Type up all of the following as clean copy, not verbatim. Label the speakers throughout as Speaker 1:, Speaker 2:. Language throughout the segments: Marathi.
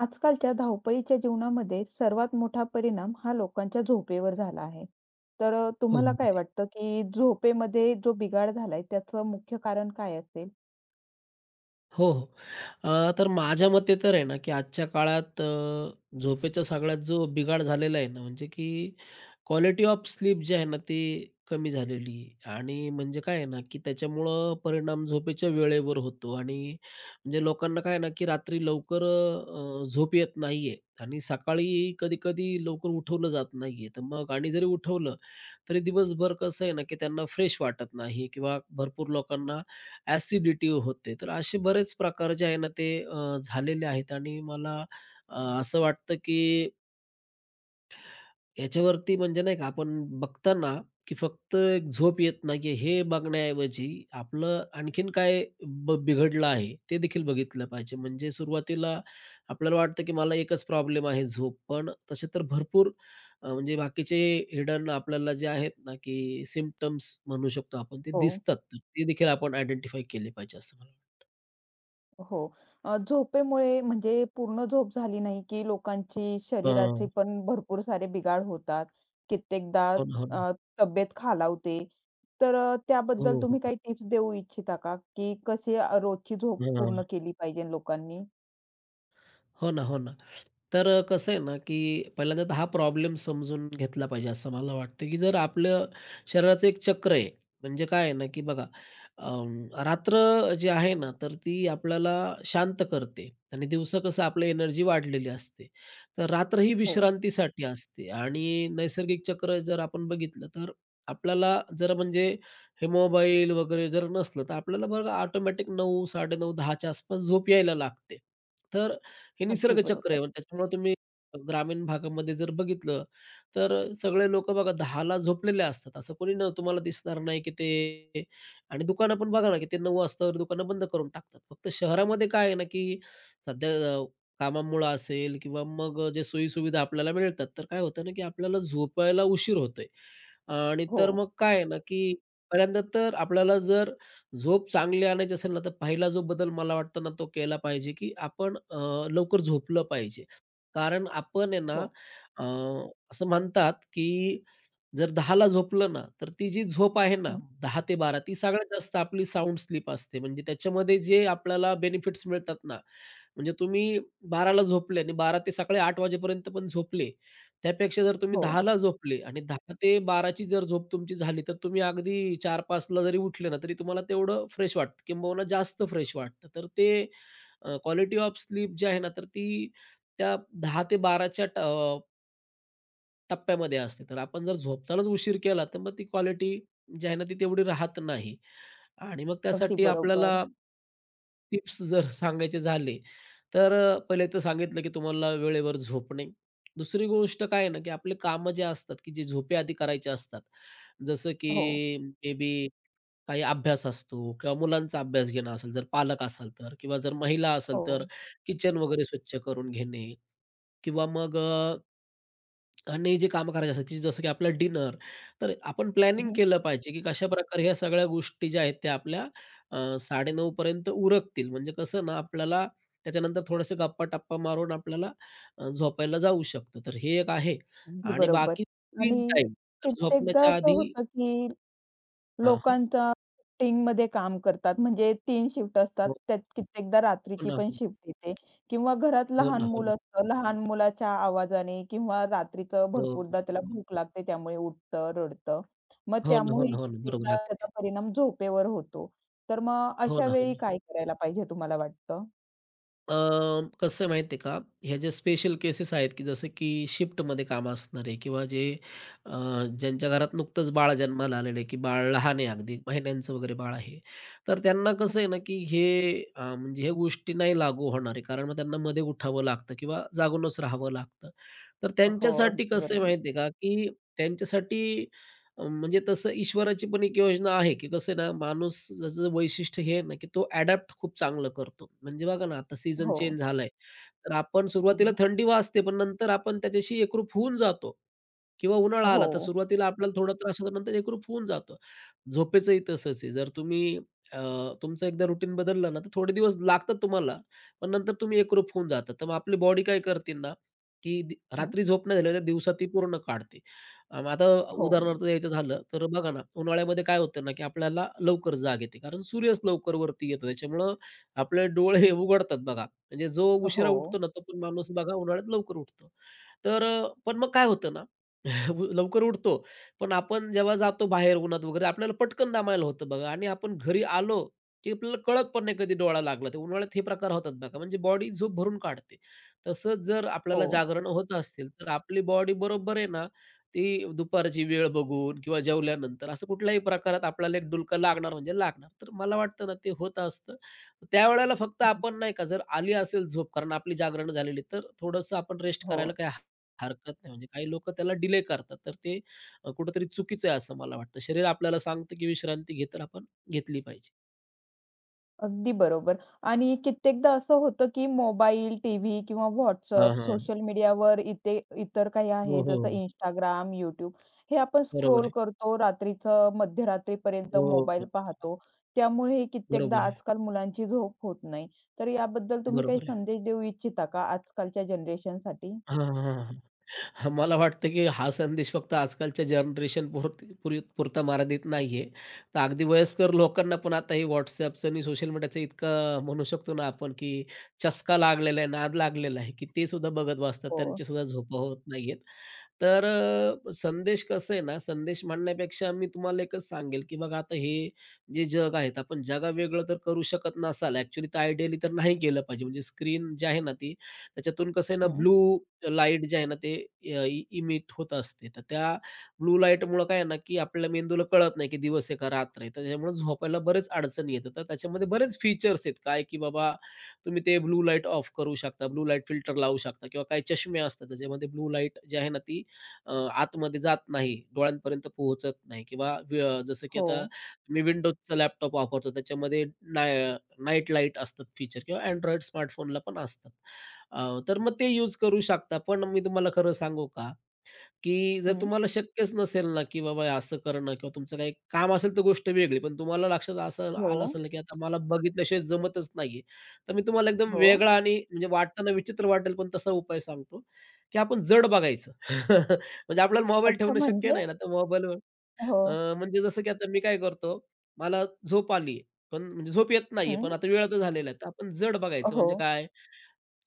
Speaker 1: आजकालच्या धावपळीच्या जीवनामध्ये सर्वात मोठा परिणाम हा लोकांच्या झोपेवर झाला आहे. तर
Speaker 2: हो,
Speaker 1: तुम्हाला काय
Speaker 2: अगदी.
Speaker 1: वाटतं, की झोपेमध्ये जो बिघाड झालाय त्याचं मुख्य कारण काय असेल?
Speaker 2: हो, हो. तर माझ्या मते तर आहे ना, की आजच्या काळात झोपेचा सगळ्यात जो बिघाड झालेला आहे ना, म्हणजे की क्वालिटी ऑफ स्लीप जी आहे ना, ती कमी झालेली आहे आणि म्हणजे काय आहे ना, की त्याच्यामुळं परिणाम झोपेच्या वेळेवर होतो आणि म्हणजे लोकांना काय आहे ना, की रात्री लवकर झोप येत नाहीये आणि सकाळी कधी-कधी लवकर उठवलं जात नाहीये. तर मग आणि जरी उठवलं, तरी दिवसभर कसं आहे ना, की त्यांना फ्रेश वाटत नाही किंवा भरपूर लोकांना ॲसिडिटी होते. तर असे बरेच प्रकार जे आहे ना, ते झालेले आहेत आणि मला असं वाटतं, की याच्यावरती म्हणजे नाही का आपण बघताना, की फक्त एक झोप येत नाहीये हे बघण्याऐवजी आपलं आणखीन काय बिघडलं आहे ते देखील बघितलं पाहिजे. म्हणजे सुरुवातीला आपल्याला वाटतं, की मला एकच प्रॉब्लेम आहे झोप. पण तसे तर भरपूर म्हणजे बाकीचे हिडन आपल्याला जे आहेत ना, की सिम्प्टम्स म्हणू शकतो आपण ते
Speaker 1: हो.
Speaker 2: दिसतात. तर ते देखील आपण आयडेंटिफाय केले पाहिजे असं मला वाटतं.
Speaker 1: हो. झोपेमुळे म्हणजे पूर्ण झोप झाली नाही, की लोकांची शरीराचे
Speaker 2: हां.
Speaker 1: पण भरपूर सारे बिघाड होतात. कित्येकदा
Speaker 2: हो ना, हो ना.
Speaker 1: अ, तब्येत खालावते. तर त्याबद्दल
Speaker 2: हो, हो.
Speaker 1: तुम्ही काही टिप्स देऊ इच्छिता का? की कशी रोजची झोप
Speaker 2: हां.
Speaker 1: पूर्ण केली पाहिजे लोकांनी?
Speaker 2: हो ना, हो ना. तर कसं आहे ना, की पहिल्यांदा तर हा प्रॉब्लेम समजून घेतला पाहिजे असं मला वाटतं, की जर आपलं शरीराचं एक चक्र आहे. म्हणजे काय आहे ना, की बघा रात्र जी आहे ना, तर ती आपल्याला शांत करते आणि दिवसा कसं आपलं एनर्जी वाढलेली असते. तर रात्र ही
Speaker 1: हो,
Speaker 2: विश्रांतीसाठी असते आणि नैसर्गिक चक्र जर आपण बघितलं, तर आपल्याला जर म्हणजे हे मोबाईल वगैरे जर नसलं, तर आपल्याला बघा ऑटोमॅटिक 9, 9:30, 10च्या आसपास झोप यायला लागते. तर हे
Speaker 1: अगदी
Speaker 2: निसर्गचक्र
Speaker 1: बरोबर.
Speaker 2: आहे. त्याच्यामुळे तुम्ही ग्रामीण भागामध्ये जर बघितलं, तर सगळे लोकं बघा 10ला झोपलेले असतात. असं कोणी न तुम्हाला दिसणार नाही, की ते आणि दुकानं पण बघा ना, की ते 9:00 वाजता दुकानं बंद करून टाकतात. फक्त शहरामध्ये काय आहे ना, की सध्या कामामुळं असेल किंवा मग जे सोयी-सुविधा आपल्याला मिळतात, तर काय होतं ना, की आपल्याला झोपायला उशीर होतोय आणि
Speaker 1: हो.
Speaker 2: तर मग काय आहे ना, की पहिल्यांदा तर आपल्याला जर झोप चांगली आणायची असेल ना, तर पहिला जो बदल मला वाटतं ना, तो केला पाहिजे, की आपण लवकर झोपलं पाहिजे. कारण आपण आहे ना,
Speaker 1: हो,
Speaker 2: अ, असं म्हणतात, की जर 10:00 झोपलं ना, तर ती जी झोप आहे ना,
Speaker 1: हं,
Speaker 2: 10 ते 12 ती सगळ्यात जास्त आपली साउंड स्लीप असते. म्हणजे त्याच्यामध्ये जे आपल्याला बेनिफिट्स मिळतात ना, म्हणजे तुम्ही 12:00 झोपले आणि 12 ते सकाळी 8 वाजेपर्यंत पण झोपले, त्यापेक्षा जर तुम्ही
Speaker 1: हो.
Speaker 2: 10:00ला झोपले आणि 10 ते 12ची जर झोप तुमची झाली, तर तुम्ही अगदी 4:00-5:00ला जरी उठले ना, तरी तुम्हाला तेवढं फ्रेश वाटतं किंबहुना जास्त फ्रेश वाटतं. तर ते क्वालिटी ऑफ स्लीप जी आहे ना, तर ती त्या 10 ते 12च्या टप्प्यामध्ये असते. तर आपण जर झोपतानाच उशीर केला, तर मग ती क्वालिटी जी आहे ना, ती तेवढी राहत नाही. आणि मग
Speaker 1: अगदी
Speaker 2: त्यासाठी आपल्याला
Speaker 1: बरोबर.
Speaker 2: टिप्स जर सांगायचे झाले, तर पहिले तर सांगितलं की तुम्हाला वेळेवर झोपणे. दुसरी गोष्ट काय आहे ना, की आपले कामं जे असतात, की जे झोपेआधी करायचे असतात, जसं
Speaker 1: हो,
Speaker 2: की मे बी काही अभ्यास असतो किंवा मुलांचा अभ्यास घेणं असेल, जर पालक असाल तर किंवा जर महिला असेल,
Speaker 1: हो.
Speaker 2: तर किचन वगैरे स्वच्छ करून घेणे किंवा मग आणि जे कामं करायची असतात, की जसं की आपलं डिनर, तर आपण प्लॅनिंग
Speaker 1: हं,
Speaker 2: केलं पाहिजे, की कशाप्रकारे ह्या सगळ्या गोष्टी ज्या आहेत त्या आपल्या 9:30 पर्यंत उरकतील. म्हणजे कसं ना, आपल्याला त्याच्यानंतर थोडंसं गप्पा-टप्पा मारून आपल्याला झोपायला जाऊ शकतं. तर हे एक आहे
Speaker 1: अगदी
Speaker 2: आणि
Speaker 1: बरोबर.
Speaker 2: बाकी
Speaker 1: आणि
Speaker 2: स्क्रीन टाईम तर
Speaker 1: कित्येकदा
Speaker 2: झोपण्याच्या
Speaker 1: असं
Speaker 2: आधी
Speaker 1: होतं, की
Speaker 2: हां, हां.
Speaker 1: लोकांचा शिफ्टिंगमध्ये काम करतात. म्हणजे तीन शिफ्ट असतात.
Speaker 2: हो
Speaker 1: त्यात कित्येकदा रात्रीची
Speaker 2: ना, हो
Speaker 1: पण
Speaker 2: ना,
Speaker 1: शिफ्ट येते किंवा घरात
Speaker 2: हो ना,
Speaker 1: लहान
Speaker 2: हो ना.
Speaker 1: मुलं असतं. लहान मुलाच्या आवाजाने किंवा रात्रीचं
Speaker 2: हो,
Speaker 1: भरपूरदा त्याला भूक लागते, त्यामुळे उठतं, रडतं. मग
Speaker 2: हो ना, हो
Speaker 1: त्यामुळे
Speaker 2: ना, हो ना. बरोबर
Speaker 1: कित्येकदा
Speaker 2: आहे.
Speaker 1: त्याचा परिणाम झोपेवर होतो. तर मग
Speaker 2: हो
Speaker 1: अशा
Speaker 2: ना, हो
Speaker 1: वेळी
Speaker 2: ना.
Speaker 1: काय करायला पाहिजे तुम्हाला वाटतं?
Speaker 2: अ, कसं आहे माहिती आहे का, ह्या ज्या स्पेशल केसेस आहेत, की जसं की शिफ्टमध्ये काम असणारे किंवा जे अ, ज्यांच्या घरात नुकतंच बाळ जन्माला आलेलं आहे, की बाळ लहान आहे अगदी महिन्यांचं वगैरे बाळ आहे. तर त्यांना कसं आहे ना, की हे म्हणजे ह्या गोष्टी नाही लागू होणार आहे. कारण मग त्यांना मध्ये उठावं लागतं किंवा जागूनच राहावं लागतं. तर
Speaker 1: हो,
Speaker 2: त्यांच्यासाठी
Speaker 1: अगदी
Speaker 2: कसं आहे
Speaker 1: बरोबर.
Speaker 2: माहिती आहे का, की त्यांच्यासाठी म्हणजे तसं ईश्वराची पण एक योजना आहे, की कसं आहे ना, माणूस जसं वैशिष्ट्य हे आहे ना, की तो अडॅप्ट खूप चांगलं करतो. म्हणजे बघा ना, आता सीझन
Speaker 1: हो.
Speaker 2: चेंज झालाय, तर आपण सुरुवातीला
Speaker 1: हं,
Speaker 2: थंडी वाजते, पण नंतर आपण त्याच्याशी एकरूप होऊन जातो किंवा उन्हाळा आला,
Speaker 1: हो.
Speaker 2: तर सुरुवातीला आपल्याला थोडा त्रास होतो, नंतर एकरूप होऊन जातो. झोपेचंही तसंच आहे. जर तुम्ही अ, तुमचं एकदा रुटीन बदललं ना, तर थोडे दिवस लागतात तुम्हाला, पण नंतर तुम्ही एकरूप होऊन जाता. तर मग आपली बॉडी काय करते ना, की
Speaker 1: हं.
Speaker 2: रात्री झोप नाही झाली तर दिवसा ती पूर्ण काढते. आता
Speaker 1: हो.
Speaker 2: उदाहरणार्थ द्यायचं झालं, तर बघा ना, उन्हाळ्यामध्ये काय होतं ना, की आपल्याला लवकर जाग येते कारण सूर्यच लवकर वरती येतो. त्याच्यामुळं आपले डोळे हे उघडतात बघा. म्हणजे जो उशिरा
Speaker 1: हो.
Speaker 2: उठतो ना, तो पण माणूस बघा उन्हाळ्यात लवकर उठतो. तर पण मग काय होतं ना, लवकर उठतो, पण आपण जेव्हा जातो बाहेर उन्हात वगैरे आपल्याला पटकन दमायला होतं बघा आणि आपण घरी आलो, की आपल्याला कळत पण नाही कधी डोळा लागला. तर उन्हाळ्यात हे प्रकार होतात बघा. म्हणजे बॉडी झोप भरून काढते. तसंच जर
Speaker 1: हो.
Speaker 2: आपल्याला जागरण होत असतील, तर आपली बॉडी बरोबर आहे ना, ती दुपारची वेळ बघून किंवा जेवल्यानंतर असं कुठल्याही प्रकारात आपल्याला एक डुलकं लागणार म्हणजे लागणार. तर मला वाटतं ना, ते होत असतं. त्यावेळेला फक्त
Speaker 1: हं, हं.
Speaker 2: आपण नाही का, जर आली असेल झोप कारण आपली जागरणं झालेली, तर थोडंसं आपण रेस्ट
Speaker 1: हो.
Speaker 2: करायला काही हरकत नाही. म्हणजे काही लोकं त्याला डिले करतात. तर ते कुठेतरी चुकीचं आहे असं मला वाटतं. शरीर आपल्याला सांगतं, की विश्रांती घे, तर आपण घेतली पाहिजे.
Speaker 1: अगदी बरोबर. आणि कित्येकदा असं होतं, की मोबाईल, टीव्ही किंवा
Speaker 2: हां,
Speaker 1: WhatsApp,
Speaker 2: हां.
Speaker 1: सोशल मीडियावर इथे इतर काही आहे
Speaker 2: हो, हो,
Speaker 1: जसं
Speaker 2: हो.
Speaker 1: Instagram, YouTube हे आपण
Speaker 2: बरोबर
Speaker 1: स्क्रोल
Speaker 2: आहे.
Speaker 1: करतो. रात्रीचं मध्यरात्रीपर्यंत
Speaker 2: हो, हो,
Speaker 1: मोबाईल
Speaker 2: हो.
Speaker 1: पाहतो. त्यामुळे कित्येकदा
Speaker 2: बरोबर आहे.
Speaker 1: आजकाल मुलांची झोप होत नाही. तर याबद्दल तुम्ही काही
Speaker 2: बरोबर आहे.
Speaker 1: संदेश देऊ इच्छिता का आजकालच्या जनरेशनसाठी?
Speaker 2: हां, हां, हां, हां. मला वाटतं, की हा संदेश फक्त आजकालच्या जनरेशन पुरती पुरी पुरता मर्यादित नाहीये. तर अगदी वयस्कर लोकांना पण आता हे WhatsAppचं आणि सोशल मीडियाचं इतकं म्हणू शकतो ना आपण, की चस्का लागलेला आहे, नाद लागलेला आहे, की ते सुद्धा बघत बसतात.
Speaker 1: हो.
Speaker 2: त्यांच्या सुद्धा झोपा होत नाहीयेत. तर संदेश कसं आहे ना, संदेश म्हणण्यापेक्षा मी तुम्हाला एकच सांगेल, की बघा आता हे जे जग आहे, तर आपण जगावेगळं तर करू शकत नसाल. ॲक्च्युअली तर आयडियली तर नाही केलं पाहिजे. म्हणजे स्क्रीन जी आहे ना ती, त्याच्यातून कसं आहे ना
Speaker 1: हं.
Speaker 2: ब्लू लाईट जे आहे ना ते इमिट होत असते. तर त्या ब्लू लाईटमुळं काय आहे ना, की आपल्या मेंदूला कळत नाही, की दिवस आहे का रात्र आहे. तर त्याच्यामुळे झोपायला बरेच अडचणी येतात. तर त्याच्यामध्ये बरेच फीचर्स आहेत. काय की बाबा तुम्ही ते ब्लू लाईट ऑफ करू शकता, ब्लू लाईट फिल्टर लावू शकता किंवा काही चष्मे असतात, त्याच्यामध्ये ब्लू लाईट जी आहे ना ती अ, आतमध्ये जात नाही, डोळ्यांपर्यंत पोहोचत नाही किंवा जसं की
Speaker 1: हो.
Speaker 2: आता मी Windowजचा लॅपटॉप वापरतो त्याच्यामध्ये नाय अ, नाईट लाईट असतात फीचर किंवा Android स्मार्टफोनला पण असतात. तर मग ते यूज करू शकता. पण मी तुम्हाला खरं सांगू का, की जर
Speaker 1: हं.
Speaker 2: तुम्हाला शक्यच नसेल ना, की बाबा हे असं करणं किंवा तुमचं काही काम असेल तर गोष्ट वेगळी. पण तुम्हाला लक्षात असं
Speaker 1: हो.
Speaker 2: आलं असेल ना, की आता मला बघितल्याशिवाय जमतच नाहीये. तर मी तुम्हाला एकदम
Speaker 1: हो.
Speaker 2: वेगळा आणि म्हणजे वाटताना विचित्र वाटेल पण तसा उपाय सांगतो, की आपण जड बघायचं. म्हणजे आपल्याला मोबाईल
Speaker 1: अच्छा,
Speaker 2: ठेवणं शक्य
Speaker 1: म्हणजे?
Speaker 2: नाही ना, तर मोबाईलवर
Speaker 1: हो.
Speaker 2: अ, म्हणजे जसं की आता मी काय करतो, मला झोप आली पण म्हणजे झोप येत नाहीये,
Speaker 1: हं.
Speaker 2: पण आता वेळ तर झालेला आहे. तर आपण जड बघायचं
Speaker 1: हो.
Speaker 2: म्हणजे काय,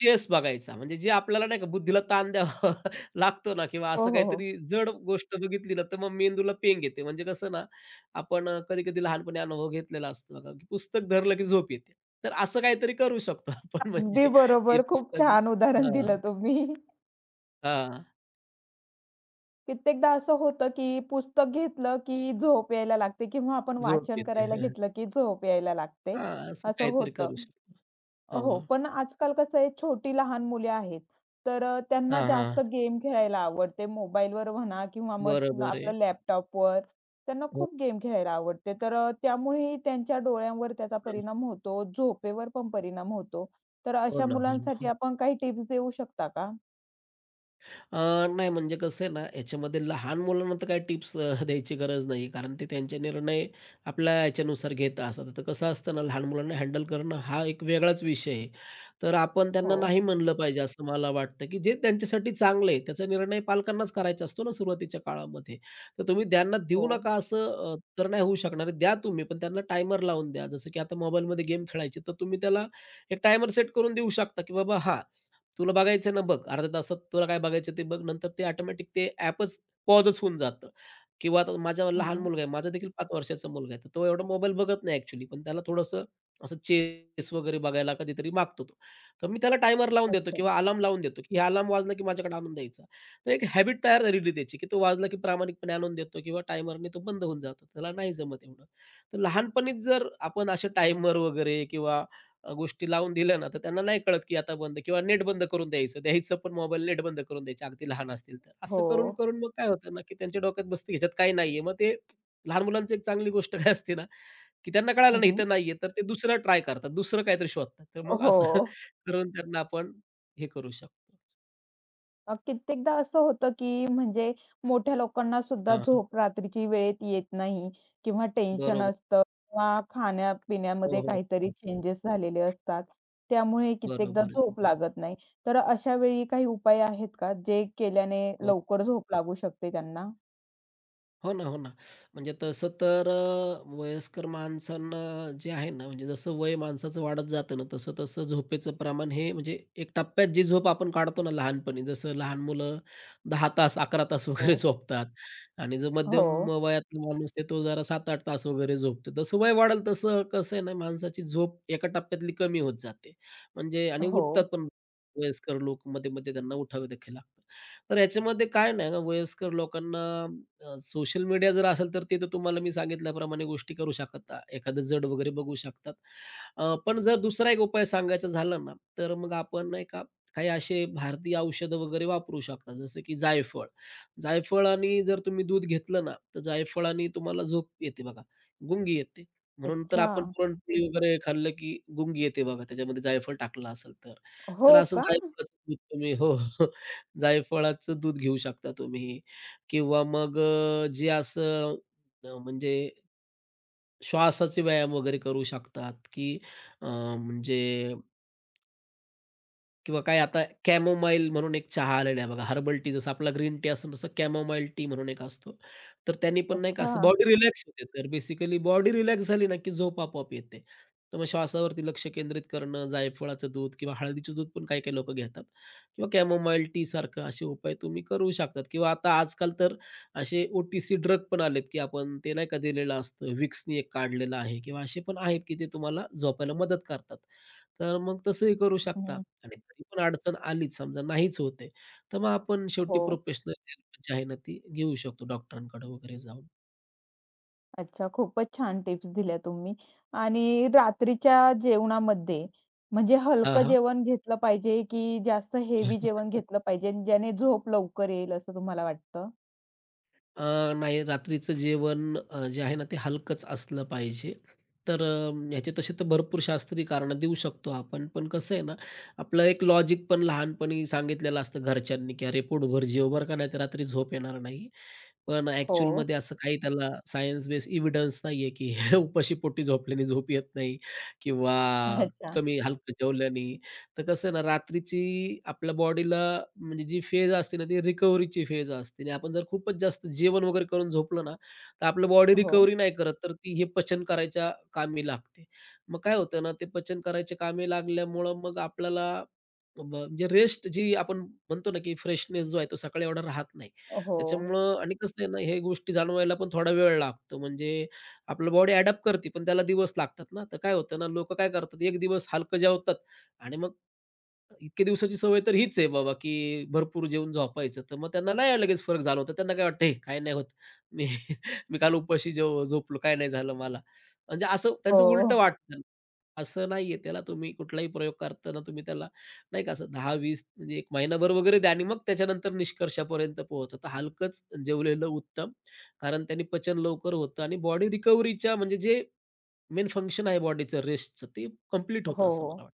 Speaker 2: चेस बघायचा. म्हणजे जे आपल्याला नाही का बुद्धीला ताण द्यावा लागतो ना किंवा
Speaker 1: हो,
Speaker 2: असं
Speaker 1: हो, हो.
Speaker 2: काहीतरी जड गोष्ट बघितली ना, तर मग मेंदूला पेंग येते. म्हणजे कसं ना, आपण कधी-कधी लहानपणी अनुभव घेतलेला असतो बघा, की पुस्तक धरलं की झोप येते. तर असं काहीतरी करू शकतो आपण
Speaker 1: अगदी
Speaker 2: म्हणजे हे
Speaker 1: बरोबर. खूप
Speaker 2: पुस्तक
Speaker 1: छान उदाहरण
Speaker 2: हां,
Speaker 1: दिलं तुम्ही.
Speaker 2: हां.
Speaker 1: कित्येकदा असं होतं, की पुस्तक घेतलं, की झोप यायला लागते किंवा आपण
Speaker 2: झोप
Speaker 1: वाचन
Speaker 2: येते.
Speaker 1: करायला
Speaker 2: हं.
Speaker 1: घेतलं, की झोप यायला लागते,
Speaker 2: असं
Speaker 1: असं
Speaker 2: काहीतरी
Speaker 1: होतं.
Speaker 2: करू शकतो.
Speaker 1: हो,
Speaker 2: हो.
Speaker 1: पण आजकाल कसं आहे, छोटी लहान मुले आहेत. तर त्यांना
Speaker 2: हां,
Speaker 1: जास्त
Speaker 2: हां.
Speaker 1: गेम खेळायला आवडते. मोबाईलवर म्हणा किंवा मग
Speaker 2: बरोबर आहे.
Speaker 1: आपलं लॅपटॉपवर. त्यांना
Speaker 2: हो,
Speaker 1: खूप गेम खेळायला आवडते. तर त्यामुळेही त्यांच्या डोळ्यांवर त्याचा
Speaker 2: हो.
Speaker 1: परिणाम होतो, झोपेवर पण परिणाम होतो. तर
Speaker 2: हो
Speaker 1: अशा
Speaker 2: ना, हो ना,
Speaker 1: मुलांसाठी
Speaker 2: हो.
Speaker 1: आपण काही टिप्स देऊ शकता का?
Speaker 2: अ, नाही म्हणजे कसं आहे ना, याच्यामध्ये लहान मुलांना तर काही टिप्स द्यायची गरज नाही कारण ते त्यांचे निर्णय आपल्या याच्यानुसार घेत असतात. तर कसं असतं ना, लहान मुलांना हँडल करणं हा एक वेगळाच विषय आहे. तर आपण त्यांना
Speaker 1: हो,
Speaker 2: नाही म्हणलं पाहिजे असं मला वाटतं, की जे त्यांच्यासाठी चांगलं आहे त्याचा निर्णय पालकांनाच करायचा असतो ना सुरुवातीच्या काळामध्ये. तर तुम्ही त्यांना
Speaker 1: हो.
Speaker 2: देऊ नका असं तर नाही होऊ शकणार द्या तुम्ही, पण त्यांना टायमर लावून द्या. जसं की आता मोबाईलमध्ये गेम खेळायचे, तर तुम्ही त्याला एक टायमर सेट करून देऊ शकता, की बाबा हां, तुला बघायचं ना बघ, अर्ध्या तासात तुला काय बघायचं ते बघ. नंतर ते ऑटोमॅटिक ते ॲपच पॉजच होऊन जातं किंवा आता माझा लहान
Speaker 1: हं.
Speaker 2: मुलगा आहे, माझा देखील 5 वर्षाचा मुलगा आहे. तर तो एवढा मोबाईल बघत नाही ॲक्चुअली, पण त्याला थोडंसं असं चेस वगैरे बघायला कधीतरी मागतो तो. तर मी त्याला टायमर लावून देतो
Speaker 1: अच्छा.
Speaker 2: किंवा अलार्म लावून देतो, की अलार्म वाजला की माझ्याकडे आणून द्यायचा. तर एक हॅबिट तयार झालेली त्याची, की तो वाजला की प्रामाणिकपणे आणून देतो किंवा टायमरने तो बंद होऊन जातो. त्याला नाही जमत एवढं. तर लहानपणीच जर आपण असे टायमर वगैरे किंवा गोष्टी लावून दिल्या ना, तर त्यांना नाही कळत, की आता बंद किंवा नेट बंद करून द्यायचं. द्यायचं पण मोबाईल नेट बंद करून द्यायचे अगदी लहान असतील तर. असं
Speaker 1: हो.
Speaker 2: करून, करून मग काय होतं ना, की त्यांच्या डोक्यात बसतं ह्याच्यात काही नाहीये. मग ते लहान मुलांची एक चांगली गोष्ट काय असते ना, की त्यांना
Speaker 1: हं,
Speaker 2: कळालं नाही
Speaker 1: हं.
Speaker 2: इथं नाहीये, तर ते दुसरं ट्राय करतात. दुसरं काहीतरी शोधतात. तर मग
Speaker 1: हो.
Speaker 2: असं करून त्यांना आपण हे करू शकतो.
Speaker 1: कित्येकदा असं होतं, की म्हणजे मोठ्या लोकांना सुद्धा
Speaker 2: हां, हां.
Speaker 1: झोप रात्रीची वेळेत येत नाही किंवा टेन्शन
Speaker 2: बरोबर.
Speaker 1: असतं किंवा खाण्यापिण्यामध्ये
Speaker 2: हो, हो.
Speaker 1: काहीतरी
Speaker 2: हो.
Speaker 1: चेंजेस झालेले असतात. त्यामुळे कित्येकदा
Speaker 2: बरोबर आहे.
Speaker 1: झोप लागत नाही. तर अशा वेळी काही उपाय आहेत का, जे केल्याने
Speaker 2: हो.
Speaker 1: लवकर झोप लागू शकते त्यांना?
Speaker 2: हो ना, हो ना. म्हणजे तसं तर वयस्कर माणसांना जे आहे ना, म्हणजे जसं वय माणसाचं वाढत जातं ना, तसं-तसं झोपेचं प्रमाण हे म्हणजे एक टप्प्यात जी झोप आपण काढतो ना लहानपणी, जसं लहान मुलं 10 तास, 11 तास
Speaker 1: हो.
Speaker 2: वगैरे झोपतात आणि जो
Speaker 1: हो.
Speaker 2: मध्यम वयातला माणूस आहे तो जरा 7-8 तास वगैरे झोपतो. तसं वय वाढेल तसं कसं आहे ना, माणसाची झोप एका टप्प्यातली कमी होत जाते. म्हणजे आणि
Speaker 1: हो.
Speaker 2: उठतात पण वयस्कर लोक मध्ये-मध्ये त्यांना उठावे देखील लागतं. तर याच्यामध्ये काय नाही ना, वयस्कर लोकांना सोशल मीडिया जर असेल तर ते तर तुम्हाला मी सांगितल्याप्रमाणे गोष्टी करू शकता. एखादं जड वगैरे बघू शकतात. पण जर दुसरा एक उपाय सांगायचा झाला ना, तर मग आपण नाही का काही असे भारतीय औषधं वगैरे वापरू शकता. जसं की जायफळ. जायफळानी जर तुम्ही दूध घेतलं ना, तर जायफळानी तुम्हाला झोप येते बघा, गुंगी येते. म्हणून तर
Speaker 1: अच्छा.
Speaker 2: आपण पुरणपोळी वगैरे खाल्लं की गुंगी येते बघा, त्याच्यामध्ये जायफळ टाकलं असेल तर. तर
Speaker 1: हो
Speaker 2: असं
Speaker 1: का?
Speaker 2: जायफळाचं दूध तुम्ही हो, जायफळाचं दूध घेऊ शकता तुम्ही. किंवा मग जे असं म्हणजे श्वासाचे व्यायाम वगैरे करू शकतात, की म्हणजे किंवा काय आता कॅमोमाईल म्हणून एक चहा आलेला आहे बघा, हर्बल टी जसं आपला ग्रीन टी असतो तसं कॅमोमाईल टी म्हणून एक असतो. तर त्यांनी पण नाही का
Speaker 1: अच्छा.
Speaker 2: असं बॉडी रिलॅक्स होते. तर बेसिकली बॉडी रिलॅक्स झाली ना, की झोप आपोआप येते. तर मग श्वासावरती लक्ष केंद्रित करणं, जायफळाचं दूध किंवा हळदीचं दूध पण काही-काही लोकं घेतात किंवा कॅमोमाईल टी सारखं असे उपाय तुम्ही करू शकतात किंवा आता आजकाल तर असे OTC ड्रग पण आलेत, की आपण ते नाही का दिलेलं असतं. विक्सनी एक काढलेलं आहे किंवा असे पण आहेत, की ते तुम्हाला झोपायला मदत करतात. तर मग तसंही करू शकता.
Speaker 1: हं.
Speaker 2: आणि तरी पण अडचण आलीच समजा नाहीच होते, तर मग आपण शेवटी
Speaker 1: हो.
Speaker 2: प्रोफेशनल हेल्प जी आहे ना ती घेऊ शकतो डॉक्टरांकडे वगैरे जाऊन.
Speaker 1: अच्छा, खूपच छान टिप्स दिल्या तुम्ही. आणि रात्रीच्या जेवणामध्ये म्हणजे हलकं
Speaker 2: हां,
Speaker 1: जेवण घेतलं पाहिजे, की जास्त हेवी
Speaker 2: हां.
Speaker 1: जेवण घेतलं पाहिजे, ज्याने झोप लवकर येईल असं तुम्हाला वाटतं?
Speaker 2: नाही रात्रीचं जेवण जे आहे ना, ते हलकंच असलं पाहिजे. तर ह्याचे तसे तर भरपूर शास्त्रीय कारणं देऊ शकतो आपण. पण कसं आहे ना, आपलं एक लॉजिक पण लहानपणी सांगितलेलं असतं घरच्यांनी, की "अरे पोटभर जेव बरं का, नाहीतर रात्री झोप येणार नाही." पण
Speaker 1: हो.
Speaker 2: ॲक्चुअलमध्ये असं काही त्याला सायन्स बेस एव्हिडन्स नाहीये, की उपाशी पोटी झोपल्याने झोप येत नाही किंवा
Speaker 1: अच्छा.
Speaker 2: कमी हलकं जेवल्याने. तर कसं आहे ना, रात्रीची आपल्या बॉडीला म्हणजे जी फेज असते ना, ती रिकव्हरीची फेज असते आणि आपण जर खूपच जास्त जेवण वगैरे करून झोपलो ना, तर आपलं बॉडी
Speaker 1: हो.
Speaker 2: रिकव्हरी नाही करत, तर ती हे पचन करायच्या कामी लागते. मग काय होतं ना, ते पचन करायच्या कामी लागल्यामुळं मग आपल्याला म्हणजे रेस्ट जी आपण म्हणतो ना, की फ्रेशनेस जो आहे तो सकाळी एवढा राहत नाही.
Speaker 1: हो.
Speaker 2: त्याच्यामुळं आणि कसं आहे ना, हे गोष्टी जाणवायला पण थोडा वेळ लागतो. म्हणजे आपलं बॉडी अडॅप्ट करते, पण त्याला दिवस लागतात ना. तर काय होतं ना, लोकं काय करतात, एक दिवस हलकं जेवतात आणि मग इतके दिवसाची सवय तर हीच आहे बाबा, की भरपूर जेवून झोपायचं. तर मग त्यांना नाही लगेच फरक जाणवतो. त्यांना काय वाटतं, "हे काही नाही होत. मी मी काल उपाशी जेव झोपलो, काही नाही झालं मला." म्हणजे असं त्यांचं
Speaker 1: हो.
Speaker 2: उलटं वाटतं. असं नाहीये. त्याला तुम्ही कुठलाही प्रयोग करताना तुम्ही त्याला नाही का असं 10-20 म्हणजे 1 महिनाभर वगैरे द्या आणि मग त्याच्यानंतर निष्कर्षापर्यंत पोहोचा. तर हलकंच जेवलेलं उत्तम. कारण त्याने पचन लवकर होतं आणि बॉडी रिकव्हरीच्या म्हणजे जे मेन फंक्शन आहे बॉडीचं रेस्टचं ते कंप्लीट होतं
Speaker 1: हो.
Speaker 2: असं मला वाटतं.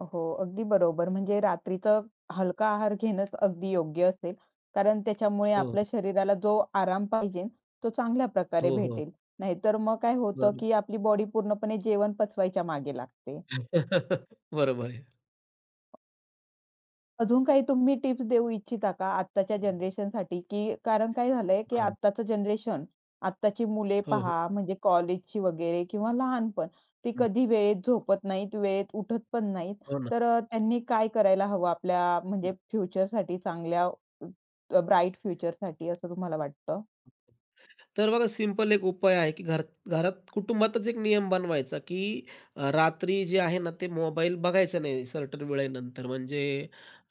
Speaker 1: हो. अगदी बरोबर. म्हणजे रात्रीचं हलका आहार घेणंच अगदी योग्य असेल. कारण त्याच्यामुळे
Speaker 2: हो,
Speaker 1: आपल्या शरीराला जो आराम पाहिजे, तो चांगल्या प्रकारे
Speaker 2: हो, हो.
Speaker 1: भेटेल. नाहीतर मग काय होतं, की आपली बॉडी पूर्णपणे जेवण पचवायच्या मागे लागते.
Speaker 2: बरोबर आहे.
Speaker 1: अजून काही तुम्ही टिप्स देऊ इच्छिता का आत्ताच्या जनरेशनसाठी? की कारण काय झालंय, की
Speaker 2: हां.
Speaker 1: आत्ताचं जनरेशन, आत्ताची मुले
Speaker 2: हो, हो.
Speaker 1: पहा म्हणजे कॉलेजची वगैरे किंवा लहानपण, ती
Speaker 2: हं.
Speaker 1: कधी वेळेत झोपत नाहीत, वेळेत उठत पण नाहीत.
Speaker 2: हो ना.
Speaker 1: तर त्यांनी काय करायला हवं आपल्या म्हणजे फ्युचरसाठी चांगल्या ब्राईट फ्युचरसाठी असं तुम्हाला वाटतं?
Speaker 2: तर बघा सिंपल एक उपाय आहे, की घरात कुटुंबातच एक नियम बनवायचा, की रात्री जे आहे ना, ते मोबाईल बघायचा नाही सर्टन वेळेनंतर. म्हणजे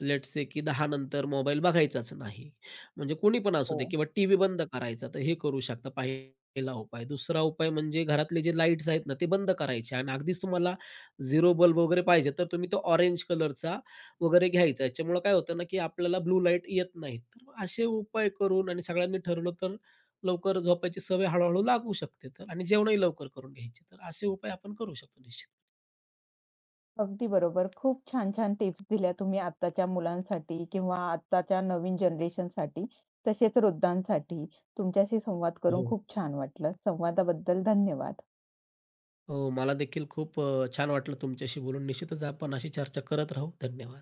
Speaker 2: लेट्स से की 10 नंतर मोबाईल बघायचाच नाही. म्हणजे कोणी पण असू
Speaker 1: हो.
Speaker 2: दे किंवा टीव्ही बंद करायचा. तर हे करू शकता पहिला उपाय. दुसरा उपाय म्हणजे घरातले जे लाईट्स आहेत ना, ते बंद करायचे आणि अगदीच तुम्हाला 0 बल्ब वगैरे पाहिजे, तर तुम्ही तो ऑरेंज कलरचा वगैरे घ्यायचा. याच्यामुळं काय होतं ना, की आपल्याला ब्लू लाईट येत नाहीत. तर असे उपाय करून आणि सगळ्यांनी ठरवलं तर लवकर झोपायची सवय हळू लागू शकते तर आणि जेवणही लवकर करून घ्यायचे. तर असे उपाय आपण करू शकतो निश्चित.
Speaker 1: अगदी बरोबर. खूप छान-छान टिप्स दिल्या तुम्ही आत्ताच्या मुलांसाठी किंवा आत्ताच्या नवीन जनरेशनसाठी, तसेच वृद्धांसाठी. तुमच्याशी संवाद करून
Speaker 2: हो.
Speaker 1: खूप छान वाटलं. संवादाबद्दल धन्यवाद.
Speaker 2: हो, मला देखील खूप छान वाटलं तुमच्याशी बोलून. निश्चितच आपण अशी चर्चा करत राहू. धन्यवाद.